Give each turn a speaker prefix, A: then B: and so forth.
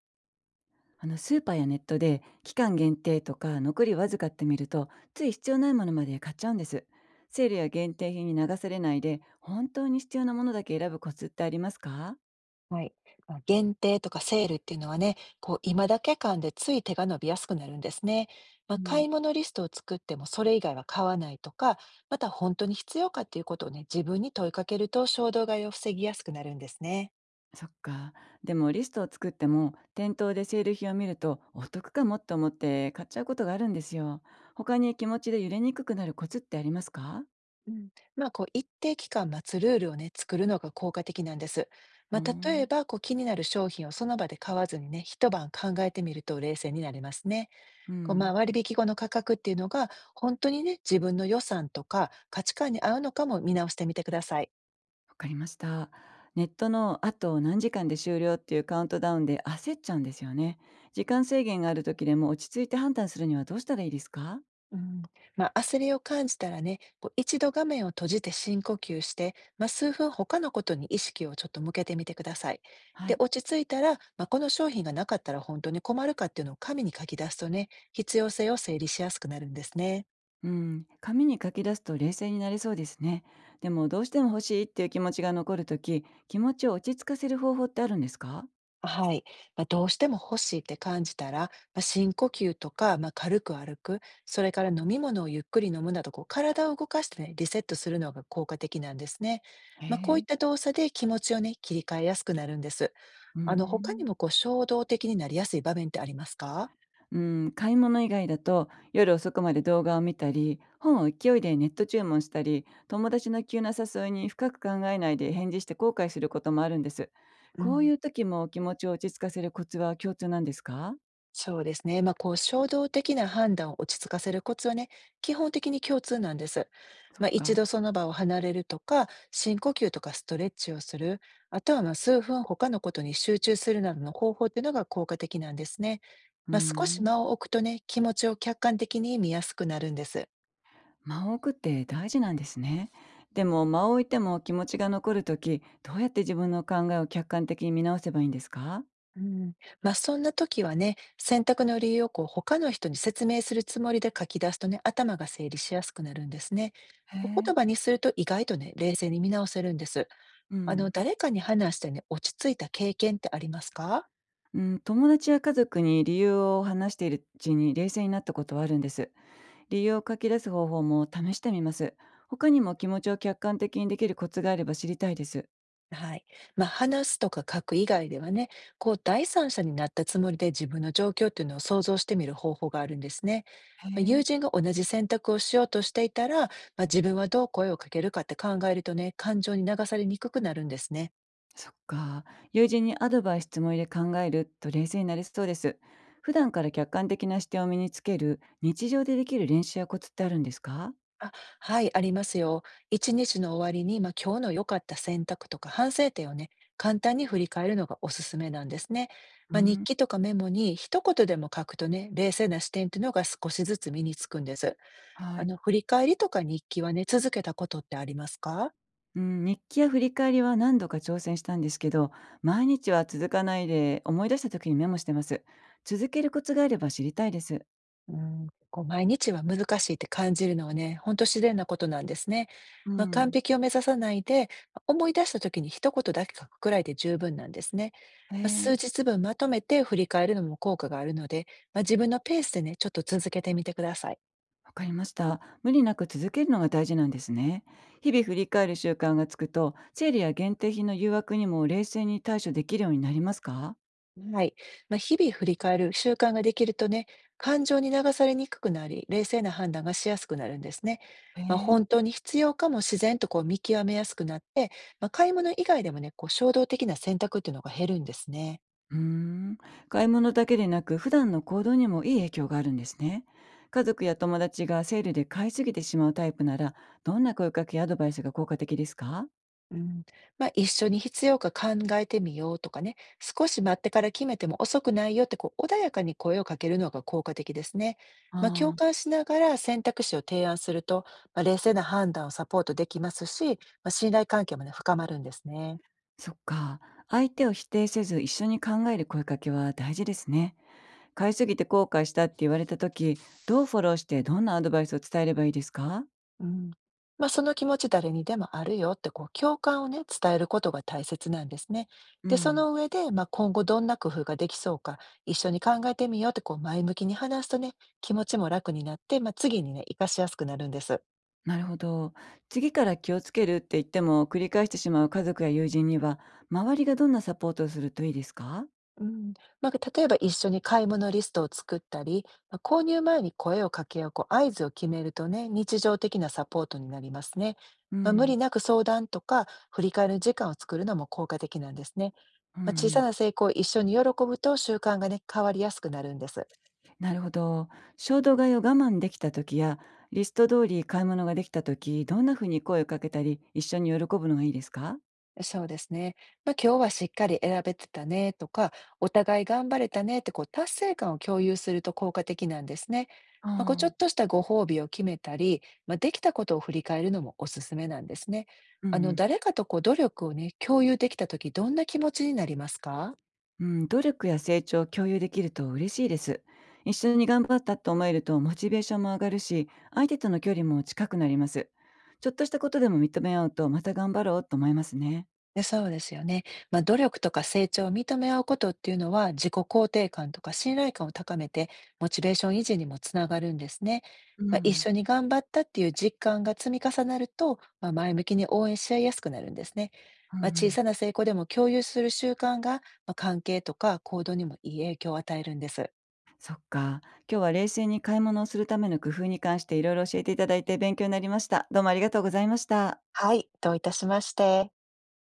A: スーパーやネットで期間限定とか残りわずかって見ると、つい必要ないものまで買っちゃうんです。セールや限定品に流されないで、本当に必要なものだけ選ぶコツってありますか？
B: はい。限定とかセールっていうのはね、今だけ感でつい手が伸びやすくなるんですね。
A: う
B: 買
A: ん。
B: い物リストを作ってもそれ以外は買わないとか、また本当に必要かっていうことをね、自分に問いかけると衝動買いを防ぎやすくなるんですね。
A: そっか。でもリストを作っても、店頭でセール品を見るとお得かもって思って買っちゃうことがあるんですよ。他に気持ちで揺れにくくなるコツってありますか？
B: うん。一定期間待つルールをね、作るのが効果的なんです。
A: う
B: ま
A: ー
B: あ、例え
A: ん。
B: ば、気になる商品をその場で買わずにね、一晩考えてみると冷静になれますね。
A: うん。
B: 割引後の価格っていうのが、本当にね、自分の予算とか価値観に合うのかも見直してみてください。
A: わかりました。ネットのあと何時間で終了っていうカウントダウンで焦っちゃうんですよね。時間制限がある時でも落ち着いて判断するにはどうしたらいいですか？
B: うん。焦りを感じたらね、こう一度画面を閉じて深呼吸して、数分他のことに意識をちょっと向けてみてください。
A: は
B: で、
A: い。
B: 落ち着いたら、この商品がなかったら本当に困るかっていうのを紙に書き出すとね、必要性を整理しやすくなるんですね。
A: うん。紙に書き出すと冷静になれそうですね。でもどうしても欲しいっていう気持ちが残るとき、気持ちを落ち着かせる方法ってあるんですか？
B: はい、どうしても欲しいって感じたら、深呼吸とか、軽く歩く、それから飲み物をゆっくり飲むなど、こう体を動かしてね、リセットするのが効果的なんですね。
A: へ
B: こうい
A: え。
B: った動作で気持ちをね、切り替えやすくなるんです。
A: うー
B: あの、他に
A: ん。
B: も衝動的になりやすい場面ってありますか？
A: うん、買い物以外だと夜遅くまで動画を見たり、本を勢いでネット注文したり、友達の急な誘いに深く考えないで返事して後悔することもあるんです。
B: う
A: こう
B: ん。
A: いう時も気持ちを落ち着かせるコツは共通なんですか？
B: そうですね。衝動的な判断を落ち着かせるコツはね、基本的に共通なんです。
A: そっ
B: 一
A: か。
B: 度その場を離れるとか、深呼吸とかストレッチをする、あとは数分他のことに集中するなどの方法っていうのが効果的なんですね。
A: うー
B: 少し
A: ん。
B: 間を置くとね、気持ちを客観的に見やすくなるんです。
A: 間を置くって大事なんですね。でも間を置いても気持ちが残る時、どうやって自分の考えを客観的に見直せばいいんですか？
B: うん、そんな時はね、選択の理由をこう他の人に説明するつもりで書き出すとね、頭が整理しやすくなるんですね。
A: へ
B: こう言
A: え。
B: 葉にすると意外とね、冷静に見直せるんです。
A: う
B: あの、
A: ん。
B: 誰かに話してね、落ち着いた経験ってありますか？
A: うん、友達や家族に理由を話しているうちに冷静になったことはあるんです。理由を書き出す方法も試してみます。他にも気持ちを客観的にできるコツがあれば知りたいです。
B: はい。話すとか書く以外ではね、こう第三者になったつもりで自分の状況っていうのを想像してみる方法があるんですね。
A: へ
B: 友
A: え。
B: 人が同じ選択をしようとしていたら、自分はどう声をかけるかって考えるとね、感情に流されにくくなるんですね。
A: そっか。友人にアドバイス質問入れ考えると冷静になれそうです。普段から客観的な視点を身につける日常でできる練習やコツってあるんですか？
B: あ、はい、ありますよ。一日の終わりに、今日の良かった選択とか反省点をね、簡単に振り返るのがおすすめなんですね。
A: う
B: 日
A: ん、
B: 記とかメモに一言でも書くとね、冷静な視点っていうのが少しずつ身につくんです。
A: は
B: あ
A: い。
B: の、振り返りとか日記はね、続けたことってありますか？
A: うん、日記や振り返りは何度か挑戦したんですけど、毎日は続かないで思い出した時にメモしてます。続けるコツがあれば知りたいです。
B: うん、毎日は難しいって感じるのはね、本当自然なことなんですね。
A: う
B: 完
A: ん。
B: 璧を目指さないで、思い出した時に一言だけ書くくらいで十分なんですね。
A: へ
B: 数
A: え。
B: 日分まとめて振り返るのも効果があるので、自分のペースでね、ちょっと続けてみてください。
A: わかりました。無理なく続けるのが大事なんですね。日々振り返る習慣がつくと、セールや限定品の誘惑にも冷静に対処できるようになりますか？
B: はい。日々振り返る習慣ができるとね、感情に流されにくくなり、冷静な判断がしやすくなるんですね。
A: へえ。
B: 本当に必要かも自然と見極めやすくなって、買い物以外でもね、こう衝動的な選択っていうのが減るんですね。
A: うーん。買い物だけでなく、普段の行動にもいい影響があるんですね。家族や友達がセールで買いすぎてしまうタイプなら、どんな声かけやアドバイスが効果的ですか？
B: うん、一緒に必要か考えてみようとかね、少し待ってから決めても遅くないよってこう穏やかに声をかけるのが効果的ですね。共
A: ああ。
B: 感しながら選択肢を提案すると、冷静な判断をサポートできますし、信頼関係もね、深まるんですね。
A: そっか。相手を否定せず一緒に考える声かけは大事ですね。買いすぎて後悔したって言われた時、どうフォローしてどんなアドバイスを伝えればいいですか？
B: うん。その気持ち誰にでもあるよってこう共感をね、伝えることが大切なんですね。
A: う
B: で、そ
A: ん。
B: の上で、今後どんな工夫ができそうか、一緒に考えてみようってこう前向きに話すとね、気持ちも楽になって、次にね、活かしやすくなるんです。
A: なるほど。次から気をつけるって言っても繰り返してしまう家族や友人には、周りがどんなサポートをするといいですか？
B: うん。例えば一緒に買い物リストを作ったり、購入前に声を掛け合うこう合図を決めるとね、日常的なサポートになりますね。
A: う
B: 無
A: ん。
B: 理なく相談とか、振り返る時間を作るのも効果的なんですね。
A: うんう
B: 小さ
A: ん。
B: な成功を一緒に喜ぶと習慣がね、変わりやすくなるんです。
A: なるほど。衝動買いを我慢できた時や、リスト通り買い物ができた時、どんな風に声をかけたり、一緒に喜ぶのがいいですか？
B: そうですね。今日はしっかり選べてたねとか、お互い頑張れたねってこう達成感を共有すると効果的なんですね。
A: あ
B: ちょっと
A: あ。
B: したご褒美を決めたり、できたことを振り返るのもおすすめなんですね。
A: うんう
B: あの
A: ん。
B: 誰かと努力をね、共有できたとき、どんな気持ちになりますか？
A: うん、努力や成長を共有できると嬉しいです。一緒に頑張ったと思えるとモチベーションも上がるし、相手との距離も近くなります。ちょっとしたことでも認め合うとまた頑張ろうと思いますね。
B: で、そうですよね。努力とか成長を認め合うことっていうのは、自己肯定感とか信頼感を高めて、モチベーション維持にもつながるんですね。
A: う
B: 一
A: ん。
B: 緒に頑張ったっていう実感が積み重なると、前向きに応援し合いやすくなるんですね。
A: うんう
B: 小
A: ん。
B: さな成功でも共有する習慣が、関係とか行動にもいい影響を与えるんです。
A: そっか。今日は冷静に買い物をするための工夫に関していろいろ教えていただいて勉強になりました。どうもありがとうございました。
B: はい、どういたしまして。